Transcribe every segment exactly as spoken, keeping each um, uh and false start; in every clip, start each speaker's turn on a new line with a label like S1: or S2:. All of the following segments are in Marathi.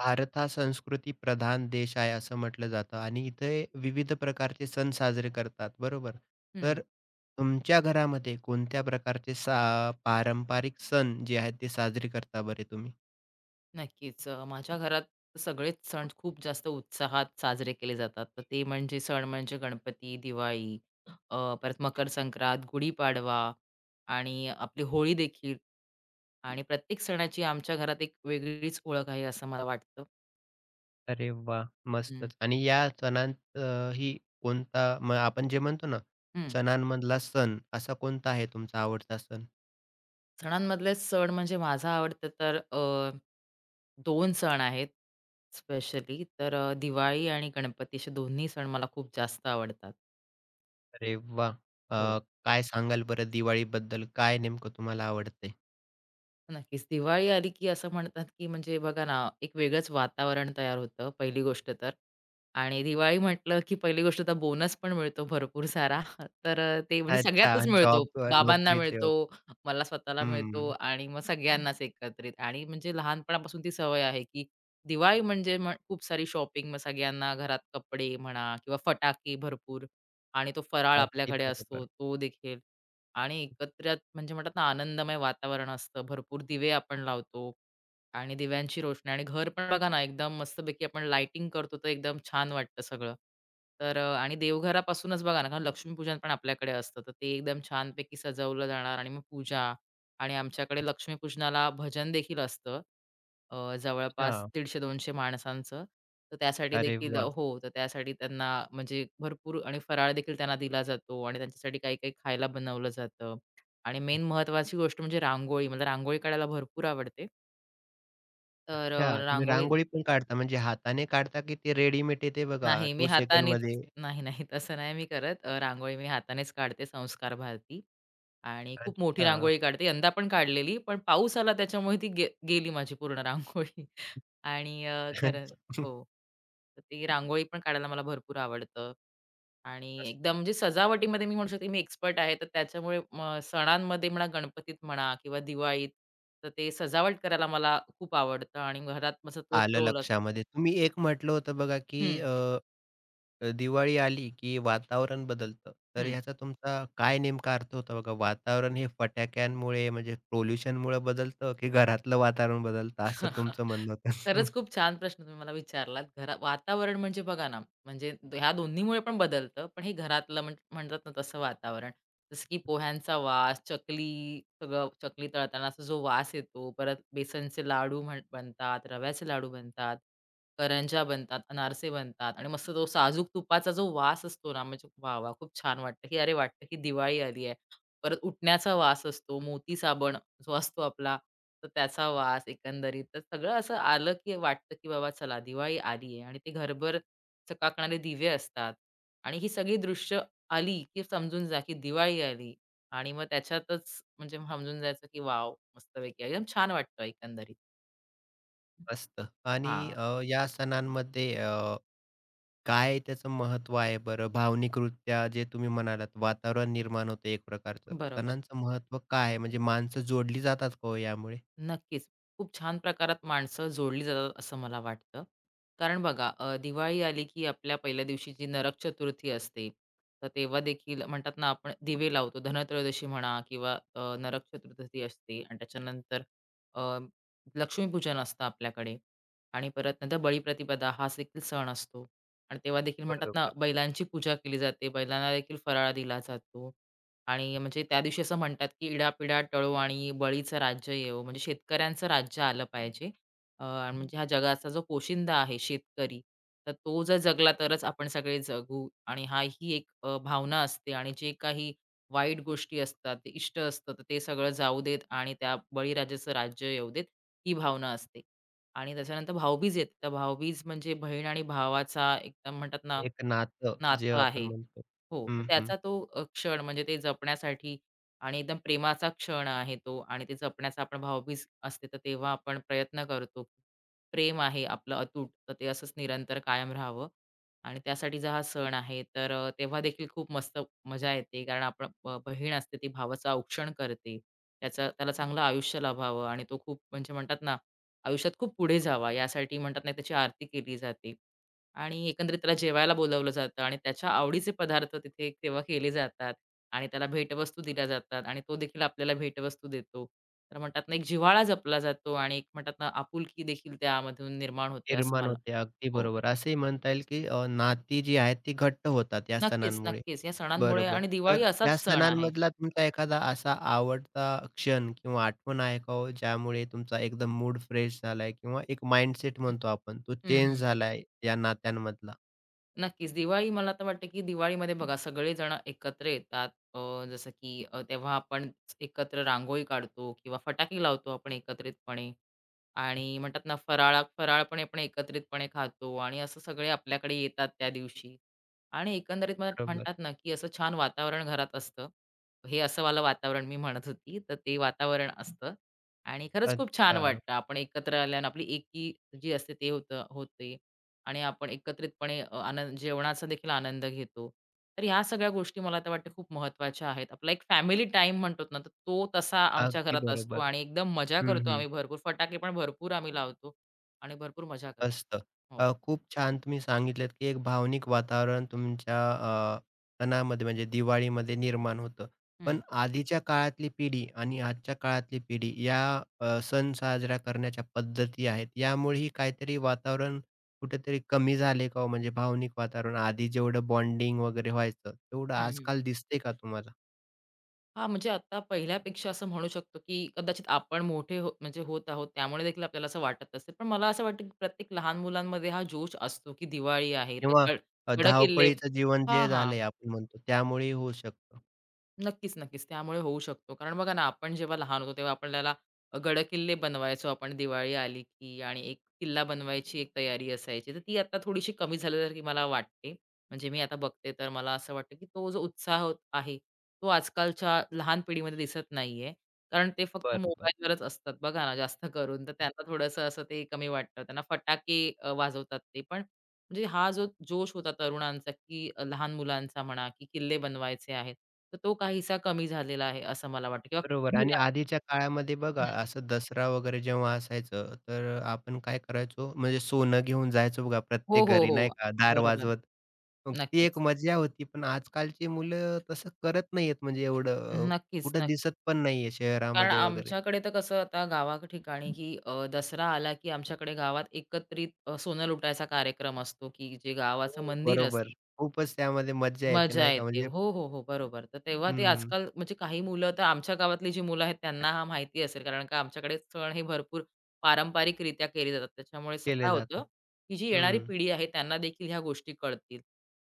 S1: भारत हा संस्कृती प्रधान देश आहे असं म्हटलं जातं आणि इथे विविध प्रकारचे सण साजरे करतात बरोबर.
S2: हं,
S1: तर तुमच्या घरामध्ये कोणत्या प्रकारचे सा पारंपरिक सण जे आहेत ते साजरे करता बरे तुम्ही?
S2: नक्कीच. अ, माझ्या घरात सगळेच सण खूप जास्त उत्साहात साजरे केले जातात. तर ते म्हणजे सण म्हणजे गणपती, दिवाळी, अ, परत मकर संक्रांत, गुढीपाडवा आणि आपली होळी देखील. आणि प्रत्येक सणाची आमच्या घरात एक वेगळीच ओळख आहे असं मला वाटतं.
S1: अरे वाह!
S2: हं.
S1: मस्तच आणि या सणांत अ, ही कोणता मग आपण जे म्हणतो ना
S2: हं.
S1: सणांमधला सण असा कोणता आहे तुमचा आवडता सण?
S2: सणांमधले सण म्हणजे माझा आवडतं तर अ, दोन सण आहेत स्पेशली. तर अ, दिवाळी आणि गणपती असे दोन्ही सण मला खूप जास्त आवडतात.
S1: अरे वाह!
S2: हो.
S1: अ, काय सांगाल बरं दिवाळीबद्दल? काय नेमकं तुम्हाला आवडते?
S2: नक्कीच. दिवाळी आली की असं म्हणतात, की म्हणजे बघा ना, एक वेगळंच वातावरण तयार होतं, पहिली गोष्ट तर. आणि दिवाळी म्हटलं, की पहिली गोष्ट तर बोनस पण मिळतो भरपूर सारा. तर अ, ते म्हणजे
S1: अच्छा
S2: सगळ्यातच मिळतो.
S1: जॉब
S2: बाबांना
S1: नोकरीचे.
S2: मिळतो, मला स्वतःला मिळतो
S1: हं.
S2: आणि मग सगळ्यांनाच एकत्रित. आणि म्हणजे लहानपणापासून ती सवय आहे, की दिवाळी म्हणजे मग खूप सारी शॉपिंग, मग सगळ्यांना घरात कपडे म्हणा किंवा फटाके भरपूर आणि तो फराळ
S1: अगदी
S2: आपल्याकडे असतो,
S1: बरोबर.
S2: तो देखील. आणि एकत्रित म्हणजे म्हणतात ना आनंदमय वातावरण असतं. भरपूर दिवे आपण लावतो. आणि दिव्यांची रोषणाई आणि घर पण बघा ना, एकदम मस्तपैकी आपण लाइटिंग करतो, तर एकदम छान वाटतं सगळं. तर अ, आणि देवघरापासूनच बघा ना, कारण लक्ष्मीपूजन पण आपल्याकडे असतं, तर ते एकदम छानपैकी सजवलं जाणार आणि मग पूजा आणि आमच्याकडे लक्ष्मीपूजनाला भजन देखील असतं. अ, जवळपास
S1: अच्छा.
S2: दीडशे ते दोनशे माणसांचं. तर त्यासाठी
S1: अरे
S2: देखील अ,
S1: वाह!
S2: हो, तर त्यासाठी त्यांना म्हणजे भरपूर आणि फराळ देखील त्यांना दिला जातो आणि त्यांच्यासाठी काही-काही खायला बनवलं जातं आणि मेन महत्त्वाची गोष्ट म्हणजे रांगोळी. मला रांगोळी काढायला भरपूर आवडते. तर अ,
S1: अच्छा, तुम्ही
S2: रांगोळी
S1: रांगोळी पण काढता म्हणजे हाताने काढता की ते रेडीमेड येते बघा
S2: नाही, मी
S1: दोन
S2: हातानेच
S1: सेकंडमध्ये?
S2: नाही, नाही तसं नाही मी करत. अ, रांगोळी मी हातानेच काढते संस्कार भारती आणि खूप मोठी
S1: अच्छा.
S2: रांगोळी काढते. यंदा पण काढलेली, पण पाऊस आला त्याच्यामुळे ती गे गेली माझी पूर्ण रांगोळी आणि अ, खरंच हो. तर ती रांगोळी पण काढायला मला भरपूर आवडतं आणि
S1: मस्त.
S2: एकदम म्हणजे सजावटीमध्ये मी म्हणू शकते मी एक्सपर्ट आहे. तर त्याच्यामुळे म सणांमध्ये म्हणा, गणपतीत म्हणा किंवा दिवाळीत, तर ते सजावट करायला मला खूप आवडतं आणि घरात माझा तोच
S1: आलं
S2: रोल असतो.
S1: लक्षामध्ये. तुम्ही एक म्हटलं होतं बघा की अ, अ, दिवाळी आली की वातावरण बदलतं. तर ह्याचा तुमचा काय नेमका अर्थ होता बघा? वातावरण हे फटाक्यांमुळे म्हणजे पोल्युशनमुळे बदलतं की घरातलं वातावरण बदलतं असं तुमचं म्हणणं होतं?
S2: खरंच खूप छान प्रश्न तुम्ही मला विचारलात. घरा वातावरण म्हणजे बघा ना, म्हणजे दो- ह्या दोन्हीमुळे पण बदलतं, पण हे घरातलं म्हण म्हणतात ना तसं वातावरण. जसं की पोह्यांचा वास, चकली सगळं चकली तळतानाचा जो वास येतो, परत बेसनचे लाडू म्हण बनतात, रव्याचे लाडू बनतात, करंज्या बनतात, अनारसे बनतात आणि मस्त तो साजूक तुपाचा जो वास असतो ना, म्हणजे वाह, वाह! खूप छान वाटतं, की अरे वाटतं की दिवाळी आली आहे. परत उटण्याचा वास असतो, मोती साबण जो असतो आपला, तर त्याचा वास एकंदरीत. तर सगळं असं आलं की वाटतं की बाबा चला दिवाळी आली आहे आणि ते घरभर चकाकणारे दिवे असतात आणि ही सगळी दृश्य आली की समजून जा की दिवाळी आली आणि मग त्याच्यातच म्हणजे समजून जायचं की वॉव! मस्तपैकी एकदम छान वाटतं एकंदरीत.
S1: मस्त. आणि
S2: हां,
S1: अ, या सणांमध्ये अ काय त्याचं महत्त्व आहे बरं? भावनिकरित्या जे तुम्ही म्हणालात वातावरण निर्माण होतं एक प्रकारचं.
S2: बरोबर.
S1: तणांचं महत्त्व काय आहे? म्हणजे माणसं जोडली जातात का हो यामुळे?
S2: नक्कीच. खूप छान प्रकारात माणसं जोडली जातात असं मला वाटतं. कारण बघा अ, दिवाळी आली की आपल्या पहिल्या दिवशी जी नरक चतुर्थी असते, तर तेव्हा देखील म्हणतात ना आपण दिवे लावतो. धनत्रयोदशी म्हणा किंवा अ, नरक चतुर्थी असते आणि त्याच्यानंतर अ, लक्ष्मीपूजन असतं आपल्याकडे आणि परत नंतर बळीप्रतिपदा हा देखील सण असतो आणि तेव्हा देखील म्हणतात ना
S1: बरोबर.
S2: बैलांची पूजा केली जाते. बैलांना देखील फराळ दिला जातो आणि म्हणजे त्या दिवशी असं म्हणतात, की "इडा-पिडा टळो आणि बळीचं राज्य येवो." म्हणजे शेतकऱ्यांचं राज्य आलं पाहिजे. अं, आणि म्हणजे हा जगाचा जो पोशिंदा आहे शेतकरी, तर तो जर जगला तरच आपण सगळे जगू आणि हा ही एक अ, भावना असते आणि जे काही वाईट गोष्टी असतात, ते इष्ट असतं, तर ते सगळं जाऊ देत आणि त्या बळीराजाचं राज्य येऊ देत, ही भावना असते. आणि त्याच्यानंतर भाऊबीज येते. तर भाऊबीज म्हणजे बहीण आणि भावाचा एकदम म्हणतात ना,
S1: एक नातं जे
S2: नातं
S1: आपण
S2: आहे.
S1: म्हणतो.
S2: हो. तर
S1: हं, हं.
S2: त्याचा तो अ, क्षण म्हणजे ते जपण्यासाठी आणि एकदम प्रेमाचा क्षण आहे तो आणि ते जपण्याचा आपण भावबीज असते, तर तेव्हा आपण प्रयत्न करतो. की प्रेम आहे आपलं अतूट, तर ते असंच निरंतर कायम राहावं आणि त्यासाठीचा हा सण आहे. तर अ, तेव्हा देखील खूप मस्त मजा येते कारण आपण ब बहीण असते ती भावाचं औक्षण करते. त्याचं त्याला चांगलं आयुष्य लाभावं आणि तो खूप म्हणजे म्हणतात ना, आयुष्यात खूप पुढे जावा यासाठी म्हणतात ना, त्याची आरती केली जाते. आणि एकंदरीत त्याला जेवायला बोलावलं जातं आणि त्याच्या आवडीचे पदार्थ तिथे तेव्हा केले जातात आणि त्याला भेटवस्तू दिल्या जातात आणि तो देखील आपल्याला भेटवस्तू देतो. तर म्हणतात ना, एक जिव्हाळा जपला जातो आणि एक म्हणतात ना, आपुलकी देखील त्यामधून निर्माण होते असं
S1: निर्माण
S2: मला
S1: होते. अगदी
S2: हो.
S1: बरोबर. असंही म्हणता येईल की अ, नाती जी आहेत ती घट्ट होतात या
S2: नक्कीच,
S1: सणांमुळे.
S2: नक्कीच. या सणांमुळे
S1: बरोबर.
S2: आणि दिवाळी
S1: तर
S2: असाच
S1: या
S2: सण आहे.
S1: सणांमधला तुमचा एखादा असा आवडता क्षण किंवा आठवण आहे का हो? ज्यामुळे तुमचा एकदम मूड फ्रेश झालाय किंवा एक माइंडसेट
S2: हं.
S1: म्हणतो आपण तो
S2: हं,
S1: चेंज
S2: हं.
S1: झालाय या नात्यांमधला?
S2: नक्कीच. दिवाळी मला तर वाटतं, की दिवाळीमध्ये बघा सगळेजण एकत्र येतात. अ, जसं की अ, तेव्हा आपण एकत्र रांगोळी काढतो किंवा फटाके लावतो आपण एकत्रितपणे. आणि म्हणतात ना फराळा फराळ पण आपण एकत्रितपणे खातो आणि असं सगळे आपल्याकडे येतात त्या दिवशी. आणि एकंदरीत मला
S1: बरोबर.
S2: म्हणतात ना, की असं छान वातावरण घरात असतं. हे असं वालं वातावरण मी म्हणत होती, तर ते वातावरण असतं आणि खरंच खूप छान
S1: अच्छा.
S2: वाटतं. आपण एकत्र आल्यानं आपली एकी जी असते ते होतं होते आणि आपण एकत्रितपणे अ, आनंद जेवणाचा देखील आनंद घेतो. तर ह्या सगळ्या गोष्टी मला तर वाटतं खूप महत्त्वाच्या आहेत. आपला एक फॅमिली टाइम म्हणतो ना, तर तो तसा आमच्या
S1: अगदी
S2: घरात असतो
S1: बरोबर.
S2: आणि एकदम मजा
S1: हं,
S2: करतो
S1: हं.
S2: आम्ही भरपूर. फटाके पण भरपूर आम्ही लावतो आणि भरपूर मजा करतो.
S1: असतं.
S2: हो.
S1: अ, खूप छान तुम्ही सांगितलत, की एक भावनिक वातावरण तुमच्या अ, सणामध्ये म्हणजे दिवाळीमध्ये निर्माण होतं. पण
S2: हं,
S1: आधीच्या काळातली पिढी आणि आजच्या काळातली पिढी या अ, सण साजरा करण्याच्या पद्धती आहेत. यामुळेही काहीतरी वातावरण कुठेतरी कमी झाले का हो? म्हणजे भावनिक वातावरण आधी जेवढं बॉन्डिंग वगैरे व्हायचं, तेवढं
S2: हं, हं.
S1: आजकाल दिसते का तुम्हाला?
S2: हां, म्हणजे आता पहिल्यापेक्षा असं म्हणू शकतो, की कदाचित आपण मोठे हो म्हणजे होत आहोत, त्यामुळे देखील आपल्याला असं वाटत असेल. पण मला असं वाटतं, की प्रत्येक लहान मुलांमध्ये हा जोश असतो, की दिवाळी आहे, तर
S1: किंवा
S2: गड
S1: अ,
S2: गडकिल्ले
S1: धावपळीचं जीवन
S2: हां,
S1: जे
S2: हां.
S1: झालंय आपण म्हणतो त्यामुळेही होऊ शकतं?
S2: नक्कीच, नक्कीच. त्यामुळे होऊ शकतो. कारण बघा ना, आपण जेव्हा लहान होतो, तेव्हा आपल्याला अ, गडकिल्ले बनवायचो आपण. दिवाळी आली की आणि एक किल्ला बनवायची एक तयारी असायची. तर ती आता थोडीशी कमी झाल्यासारखी मला वाटते. म्हणजे मी आता बघते तर मला असं वाटतं, की तो जो उत्साह होत आहे, तो आजकालच्या लहान पिढीमध्ये दिसत नाहीये. कारण ते फक्त
S1: बरोबर,
S2: मोबाईलवरच असतात बघा ना, जास्त करून. तर त्यांना थोडंसं असं ते कमी वाटतं. त्यांना फटाके अ, वाजवतात ते पण म्हणजे हा जो जोश होता तरुणांचा, की लहान मुलांचा म्हणा, की किल्ले बनवायचे आहेत, तर तो काहीसा कमी झालेला आहे, असं मला वाटतं किंवा
S1: बरोबर
S2: कमी
S1: आणि
S2: आहे.
S1: आधीच्या काळामध्ये बघा
S2: हं.
S1: असं दसरा वगैरे जेव्हा असायचं, तर अ, आपण काय करायचो म्हणजे सोनं घेऊन जायचो बघा
S2: हो,
S1: प्रत्येक
S2: हो,
S1: घरी
S2: हो.
S1: नाही का दार
S2: बरोबर.
S1: वाजवत. मग ती एक
S2: नक्कीच.
S1: मजा होती. पण आजकालची मुलं तसं करत नाहीयेत म्हणजे एवढं अ,
S2: नक्कीच,
S1: कुठं
S2: नक्कीच.
S1: दिसत पण नाहीये
S2: कारण
S1: शहरामध्ये वगैरे.
S2: आमच्याकडे तर कसं आता गावा ठिकाणी, की अ, दसरा आला, की आमच्याकडे गावात एकत्रित अ, सोनं लुटायचा कार्यक्रम असतो, की जे गावाचं
S1: हो.
S2: मंदिर
S1: बरोबर.
S2: असतं
S1: खूपच त्यामध्ये मज्जा येते
S2: मजा
S1: नाही का
S2: येते.
S1: म्हणजे
S2: हो, हो, हो. बरोबर. तर तेव्हा ते
S1: हं,
S2: आजकाल म्हणजे काही मुलं तर आमच्या गावातली जी मुलं आहेत त्यांना हा माहिती असेल कारण का आमच्याकडे सण हे भरपूर पारंपरिकरित्या केले जातात. त्याच्यामुळे असं
S1: केले
S2: काय होतं,
S1: जातात.
S2: की जी येणारी
S1: हं,
S2: पिढी आहे त्यांना देखील ह्या गोष्टी कळतील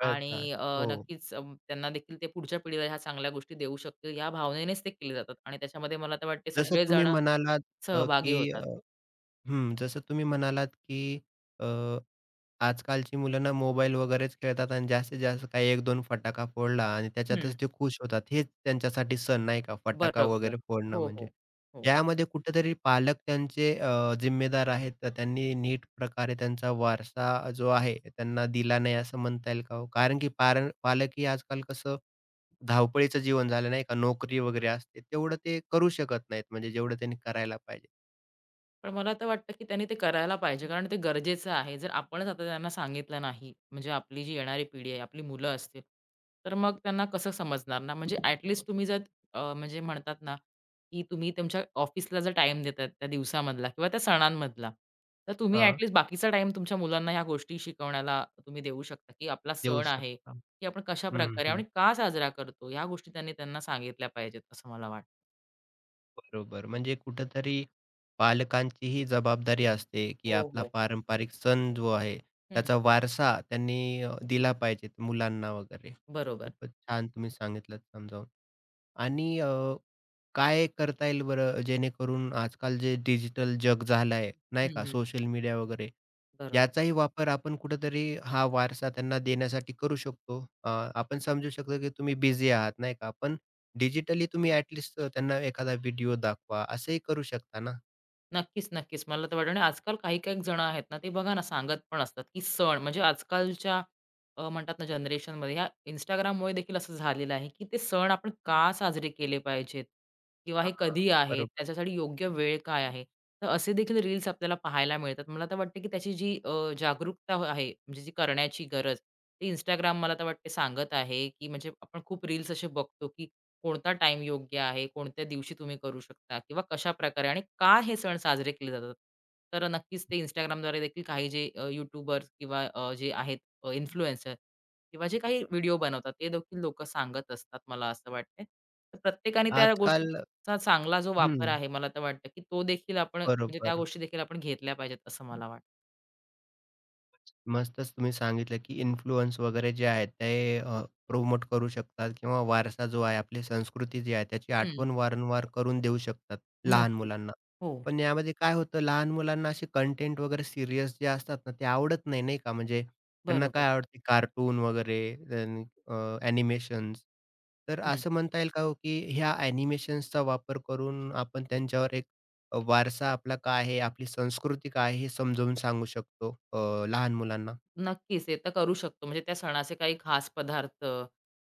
S1: कळतात.
S2: आणि अ,
S1: हो.
S2: नक्कीच अ, त्यांना देखील ते पुढच्या पिढीला ह्या चांगल्या गोष्टी देऊ शकतील या भावनेनेच ते केले जातात आणि त्याच्यामध्ये मला तर वाटते
S1: जसं तुम्ही
S2: सगळेजण
S1: म्हणालात अ,
S2: सहभागी
S1: की
S2: होतात.
S1: हं, जसं तुम्ही म्हणालात, की अ, आजकालची मुलं ना मोबाईल वगैरेच खेळतात आणि जास्तीत जास्त काही एक दोन फटाका फोडला आणि त्याच्यातच
S2: हं.
S1: ते खुश होतात. हेच त्यांच्यासाठी सण नाही का, फटाका
S2: बरोबर.
S1: वगैरे फोडणं
S2: हो,
S1: म्हणजे.
S2: हो. हो.
S1: यामध्ये कुठेतरी पालक त्यांचे अ, जिम्मेदार आहेत. तर त्यांनी नीट प्रकारे त्यांचा वारसा जो आहे त्यांना दिला नाही असं म्हणता येईल का हो? कारण की पार पालकही आजकाल कसं धावपळीचं जीवन झालं नाही का, नोकरी वगैरे असते. तेवढं ते करू शकत नाहीत म्हणजे जेवढं त्यांनी करायला पाहिजे.
S2: पण मला तर वाटतं, की त्यांनी ते करायला पाहिजे. कारण ते गरजेचं आहे. जर आपणच आता त्यांना सांगितलं नाही, म्हणजे आपली जी येणारी पिढी आहे, आपली मुलं असतील, तर मग त्यांना कसं समजणार ना? म्हणजे ॲट तुम्ही जर अ, म्हणजे म्हणतात ना, की तुम्ही तुमच्या ऑफिसला जर टाईम देताय त्या दिवसामधला किंवा त्या सणांमधला, तर तुम्ही
S1: हां.
S2: ॲट लीस्ट बाकीचा टाईम तुमच्या मुलांना ह्या गोष्टी शिकवण्याला तुम्ही देऊ शकता, की आपला
S1: देऊ
S2: सण आहे,
S1: शकता.
S2: की आपण
S1: हं,
S2: कशाप्रकारे
S1: हं.
S2: आणि का साजरा करतो, ह्या गोष्टी त्यांनी त्यांना सांगितल्या पाहिजेत, असं मला वाटतं.
S1: बरोबर. म्हणजे कुठेतरी पालकांचीही जबाबदारी असते, की
S2: हो,
S1: आपला
S2: हो.
S1: पारंपरिक सण जो आहे,
S2: हं.
S1: त्याचा वारसा त्यांनी अ, दिला पाहिजे मुलांना वगैरे.
S2: बरोबर.
S1: खूपच छान तुम्ही सांगितलंत समजावून. आणि काय करता येईल बरं जेणेकरून आजकाल जे डिजिटल जग झालंय नाही
S2: हं,
S1: का
S2: हं.
S1: सोशल मीडिया वगैरे
S2: बरोबर.
S1: याचाही वापर आपण कुठेतरी हा वारसा त्यांना देण्यासाठी करू शकतो. अ, आपण समजू शकतो की तुम्ही बिझी आहात नाही का? पण डिजिटली तुम्ही ॲटलीस्ट त्यांना एखादा व्हिडिओ दाखवा असंही करू शकता ना?
S2: नक्कीच, नक्कीच. मला तर वाटतं आणि आजकाल काही-काही जण आहेत ना, ते बघा ना सांगत पण असतात, की सण म्हणजे आजकालच्या अ, म्हणतात ना जनरेशनमध्ये ह्या Instagramमुळे देखील असं झालेलं आहे, की ते सण आपण का साजरे केले पाहिजेत किंवा हे
S1: हां.
S2: कधी आहेत,
S1: बरोबर.
S2: त्याच्यासाठी योग्य वेळ काय आहे? तर असे देखील रील्स आपल्याला पाहायला मिळतात. मला तर वाटतं, की त्याची जी अ, जागरूकता हो- आहे म्हणजे जी करण्याची गरज, ती Instagram मला तर वाटते सांगत आहे, की म्हणजे आपण खूप रील्स असे बघतो, की कोणता टाईम योग्य आहे, कोणत्या दिवशी तुम्ही करू शकता किंवा कशाप्रकारे आणि का हे सण साजरे केले जातात. तर नक्कीच ते Instagramद्वारे देखील काही जे अ, यूट्यूबर्स किंवा अ, जे आहेत अ, इन्फ्लुएन्सर किंवा जे काही व्हिडिओ बनवतात ते देखील लोकं सांगत असतात मला असं वाटतंय. तर प्रत्येकाने त्या
S1: आजकाल
S2: गोष्टीचा चांगला जो वापर
S1: हं,
S2: आहे मला तर वाटतं, की तो देखील आपण म्हणजे त्या
S1: बरोबर.
S2: गोष्टी देखील आपण घेतल्या पाहिजेत असं मला वाटतं.
S1: मस्तच तुम्ही सांगितलं, की इन्फ्लुअन्स वगैरे जे आहेत ते अ, करू शकतात किंवा वारसा जो आहे, आपली संस्कृती जी आहे, त्याची
S2: हं.
S1: आठवण वारंवार करून देऊ शकतात लहान
S2: नक्कीच.
S1: मुलांना.
S2: हो,
S1: पण यामध्ये काय होतं, लहान मुलांना असे कंटेंट वगैरे सीरियस जे असतात ना, ते आवडत नाही, नाही का? म्हणजे त्यांना काय
S2: बरोबर.
S1: आवडते कार्टून वगैरे ॲनिमेशन्स. तर
S2: हं.
S1: असं म्हणता येईल का हो, की ह्या ॲनिमेशन्सचा वापर करून आपण त्यांच्यावर एक वारसा आपला काय आहे, आपली संस्कृती काय आहे, हे समजावून सांगू शकतो अ, लहान मुलांना?
S2: नक्कीच. ते तर करू शकतो. म्हणजे त्या सणाचे काही खास पदार्थ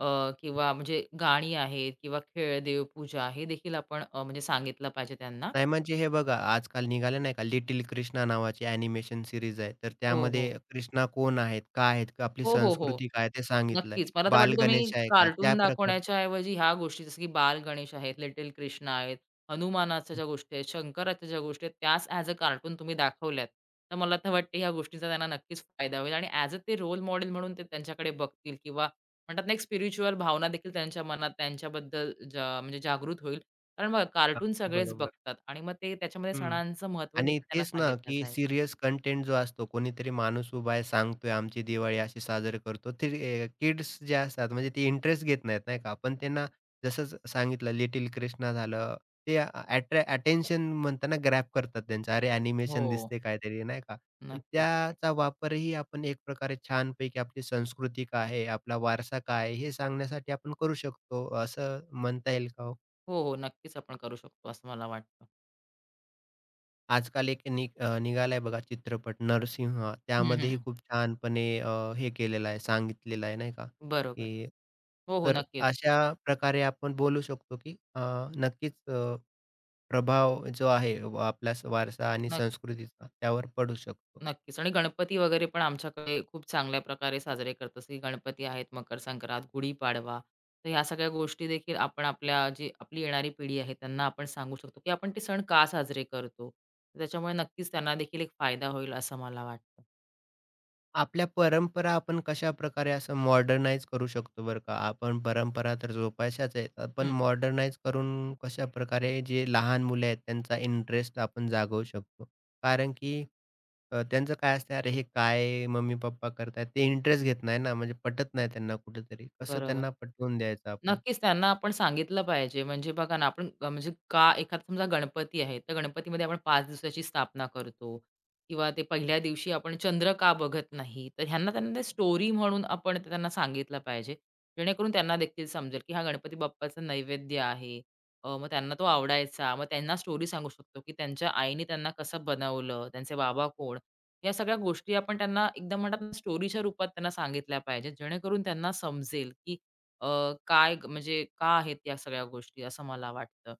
S2: अ, किंवा म्हणजे गाणी आहेत किंवा खेळ, देवपूजा हे देखील आपण अ, म्हणजे सांगितलं पाहिजे त्यांना.
S1: नाही म्हणजे हे बघा, आजकाल निघाले नाही का लिटिल कृष्णा नावाची ॲनिमेशन सीरीज आहे. तर
S2: हो, हो.
S1: त्यामध्ये कृष्णा कोण आहेत? काय आहेत? आपली
S2: हो, हो, हो.
S1: संस्कृती काय? ते सांगितलंय.
S2: नक्कीच. मला तर
S1: बाल
S2: वाटतं तुम्ही
S1: गणेश आहे का? त्या
S2: कार्टून
S1: प्रकारचं.
S2: दाखवण्याच्या ऐवजी ह्या गोष्टी जसं की बाल गणेश आहेत, लिटल कृष्णा आहेत, हनुमानाच्या
S1: हं,
S2: ज्या गोष्टी आहेत, शंकराच्या ज्या गोष्टी आहेत, त्याच ॲज अ कार्टून तुम्ही दाखवल्यात, तर मला तर वाटते ह्या गोष्टींचा त्यांना नक्कीच फायदा होईल आणि ॲज अ ते रोल मॉडेल म्हणून ते त्यांच्याकडे बघतील किंवा म्हणतात ना, एक स्पिरिच्युअल भावना देखील त्यांच्या मनात त्यांच्याबद्दल जा म्हणजे जागृत होईल. कारण बघा कार्टून
S1: अगदी
S2: सगळेच
S1: बरोबर.
S2: बघतात आणि मग ते त्याच्यामध्ये
S1: हं.
S2: सणांचं महत्त्व
S1: आणि
S2: देखील त्यांना
S1: तेच ना,
S2: सांगितलं
S1: की
S2: जाईल.
S1: सीरियस कंटेंट जो असतो, कोणीतरी माणूस उभा आहे, सांगतोय आमची दिवाळी अशी साजरी करतो. ते किड्स जे असतात म्हणजे ते इंटरेस्ट घेत नाहीत, नाही का? आपण त्यांना जसंच सांगितलं, लिटिल कृष्णा झालं, ते अटेन्शन म्हणतात ना, करतात त्यांचं. अरे, ॲनिमेशन
S2: हो,
S1: दिसते काहीतरी, नाही का? पण
S2: नक्कीच.
S1: त्याचा वापरही आपण एक प्रकारे छानपैकी आपली संस्कृती काय आहे, आपला वारसा काय आहे, हे सांगण्यासाठी आपण करू शकतो. असं म्हणता येईल का हो?
S2: हो, हो. नक्कीच आपण करू शकतो असं मला वाटतं.
S1: आजकाल एक नि अ, निघालाय बघा चित्रपट नरसिंह.
S2: हं,
S1: त्यामध्येही
S2: हं.
S1: खूप छानपणे अ, हे केलेलं आहे, सांगितलेलं आहे नाही का,
S2: बरोबर.
S1: की
S2: हो, हो.
S1: तर
S2: नक्कीच.
S1: अशा प्रकारे आपण बोलू शकतो, की अ, नक्कीच अ, प्रभाव जो आहे व आपला स- वारसा आणि
S2: नक्क
S1: संस्कृतीचा त्यावर पडू शकतो.
S2: नक्कीच. आणि गणपती वगैरे पण आमच्याकडे खूप चांगल्या प्रकारे साजरे करतात. जसं की गणपती आहेत, मकर संक्रांत, गुढीपाडवा. तर ह्या सगळ्या गोष्टी देखील आपण आपल्या जी आपली येणारी पिढी आहे त्यांना आपण सांगू शकतो, की आपण ते सण का साजरे करतो. तर त्याच्यामुळे नक्कीच त्यांना देखील एक फायदा होईल असं मला वाटतं.
S1: आपल्या परंपरा आपण कशाप्रकारे असं मॉडर्नाइज करू शकतो बरं का? आपण परंपरा तर जोपासायच आहेत. पण
S2: हं,
S1: मॉडर्नाइज करून कशाप्रकारे जे लहान मुले आहेत त्यांचा इंटरेस्ट आपण जागवू शकतो? कारण की अ, त्यांचं काय असतं, "अरे हे काय मम्मी-पप्पा करतायत?" ते इंटरेस्ट घेत नाही ना, म्हणजे पटत नाही त्यांना कुठेतरी. कसं
S2: बरोबर.
S1: त्यांना पटवून द्यायचं आपण?
S2: नक्कीच त्यांना आपण सांगितलं पाहिजे. म्हणजे बघा ना, आपण अ, म्हणजे का एखादा समजा गणपती आहे, तर गणपतीमध्ये आपण पाच दिवसाची स्थापना करतो किंवा ते पहिल्या दिवशी आपण चंद्र का बघत नाही. तर ह्यांना त्यांना स्टोरी म्हणून आपण ते त्यांना सांगितलं पाहिजे. जेणेकरून त्यांना देखील समजेल, की हा गणपती बाप्पाचा नैवेद्य आहे. अ, मग त्यांना तो आवडायचा. मग त्यांना स्टोरी सांगू शकतो, की त्यांच्या आईने त्यांना कसं बनवलं, त्यांचे बाबा कोण. या सगळ्या गोष्टी आपण त्यांना एकदम म्हणतात स्टोरीच्या रूपात त्यांना सांगितल्या पाहिजेत. जेणेकरून त्यांना समजेल, की अ, काय ग म्हणजे का आहेत या सगळ्या गोष्टी असं मला वाटतं.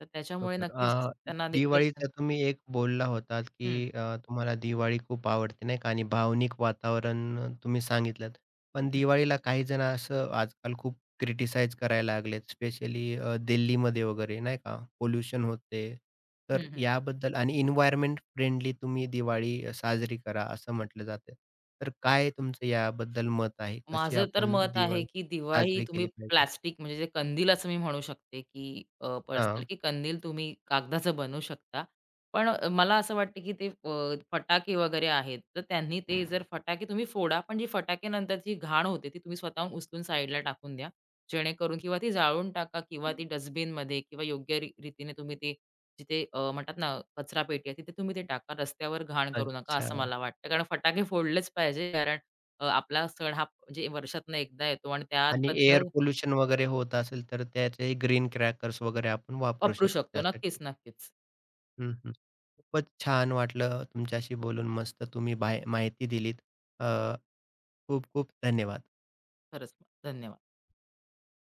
S2: तर त्याच्यामुळे
S1: बरोबर.
S2: नक्कीच
S1: अ,
S2: त्यांना देखील एक हं,
S1: दिवाळीचा तुम्ही एक बोलला होतात, की अ, तुम्हाला दिवाळी खूप आवडते नाही का आणि भावनिक वातावरण अ, तुम्ही सांगितलंत. पण
S2: हं,
S1: दिवाळीला काही जण असं आजकाल खूप क्रिटिसाइज करायला लागलेत, स्पेशली अ, दिल्लीमध्ये वगैरे नाही का, पोल्यूशन होते.
S2: हं,
S1: तर
S2: हं.
S1: याबद्दल आणि एन्व्हायर्नमेंट फ्रेंडली तुम्ही दिवाळी अ, साजरी करा असं म्हटलं जातं. तर काय तुमचं याबद्दल मत आहे? कशी
S2: माझं तर
S1: आपण
S2: मत आहे,
S1: दिवाळी
S2: की दिवाळी
S1: साजरी
S2: तुम्ही
S1: केली पाहिजे?
S2: प्लास्टिक म्हणजे जे कंदील असं मी म्हणू शकते, की अ, पर्सनल
S1: हां,
S2: की कंदील तुम्ही कागदाचं बनवू शकता. पण अ, मला असं वाटतं, की ते अ, फटाके वगैरे आहेत, तर त्यांनी ते जर फटाके तुम्ही फोडा, पण जी फटाकेनंतरची घाण होते, ती तुम्ही स्वतःहून उचलून साईडला टाकून द्या. जेणेकरून किंवा ती जाळून टाका किंवा ती डस्टबिनमध्ये किंवा योग्य री रीतीने तुम्ही ते जिथे अ, म्हणतात ना, कचरापेटी आहे, तिथे तुम्ही ते टाका. रस्त्यावर घाण करू नका,
S1: अच्छा.
S2: असं मला वाटतं. कारण फटाके फोडलेच पाहिजे कारण अ, आपला सण हा म्हणजे वर्षातनं एकदा येतो आणि
S1: आणि एअर
S2: त्याबद्दल
S1: पोल्युशन वगैरे होत असेल, तर त्याचे ग्रीन क्रॅकर्स वगैरे आपण वापरू
S2: वापरू
S1: शकतो
S2: शकतो.
S1: त्यासाठी.
S2: नक्कीच, नक्कीच.
S1: हं, हं. खूपच छान वाटलं तुमच्याशी बोलून. मस्त तुम्ही बाय माहिती दिलीत. अ, खूप खूप धन्यवाद.
S2: खरंच धन्यवाद.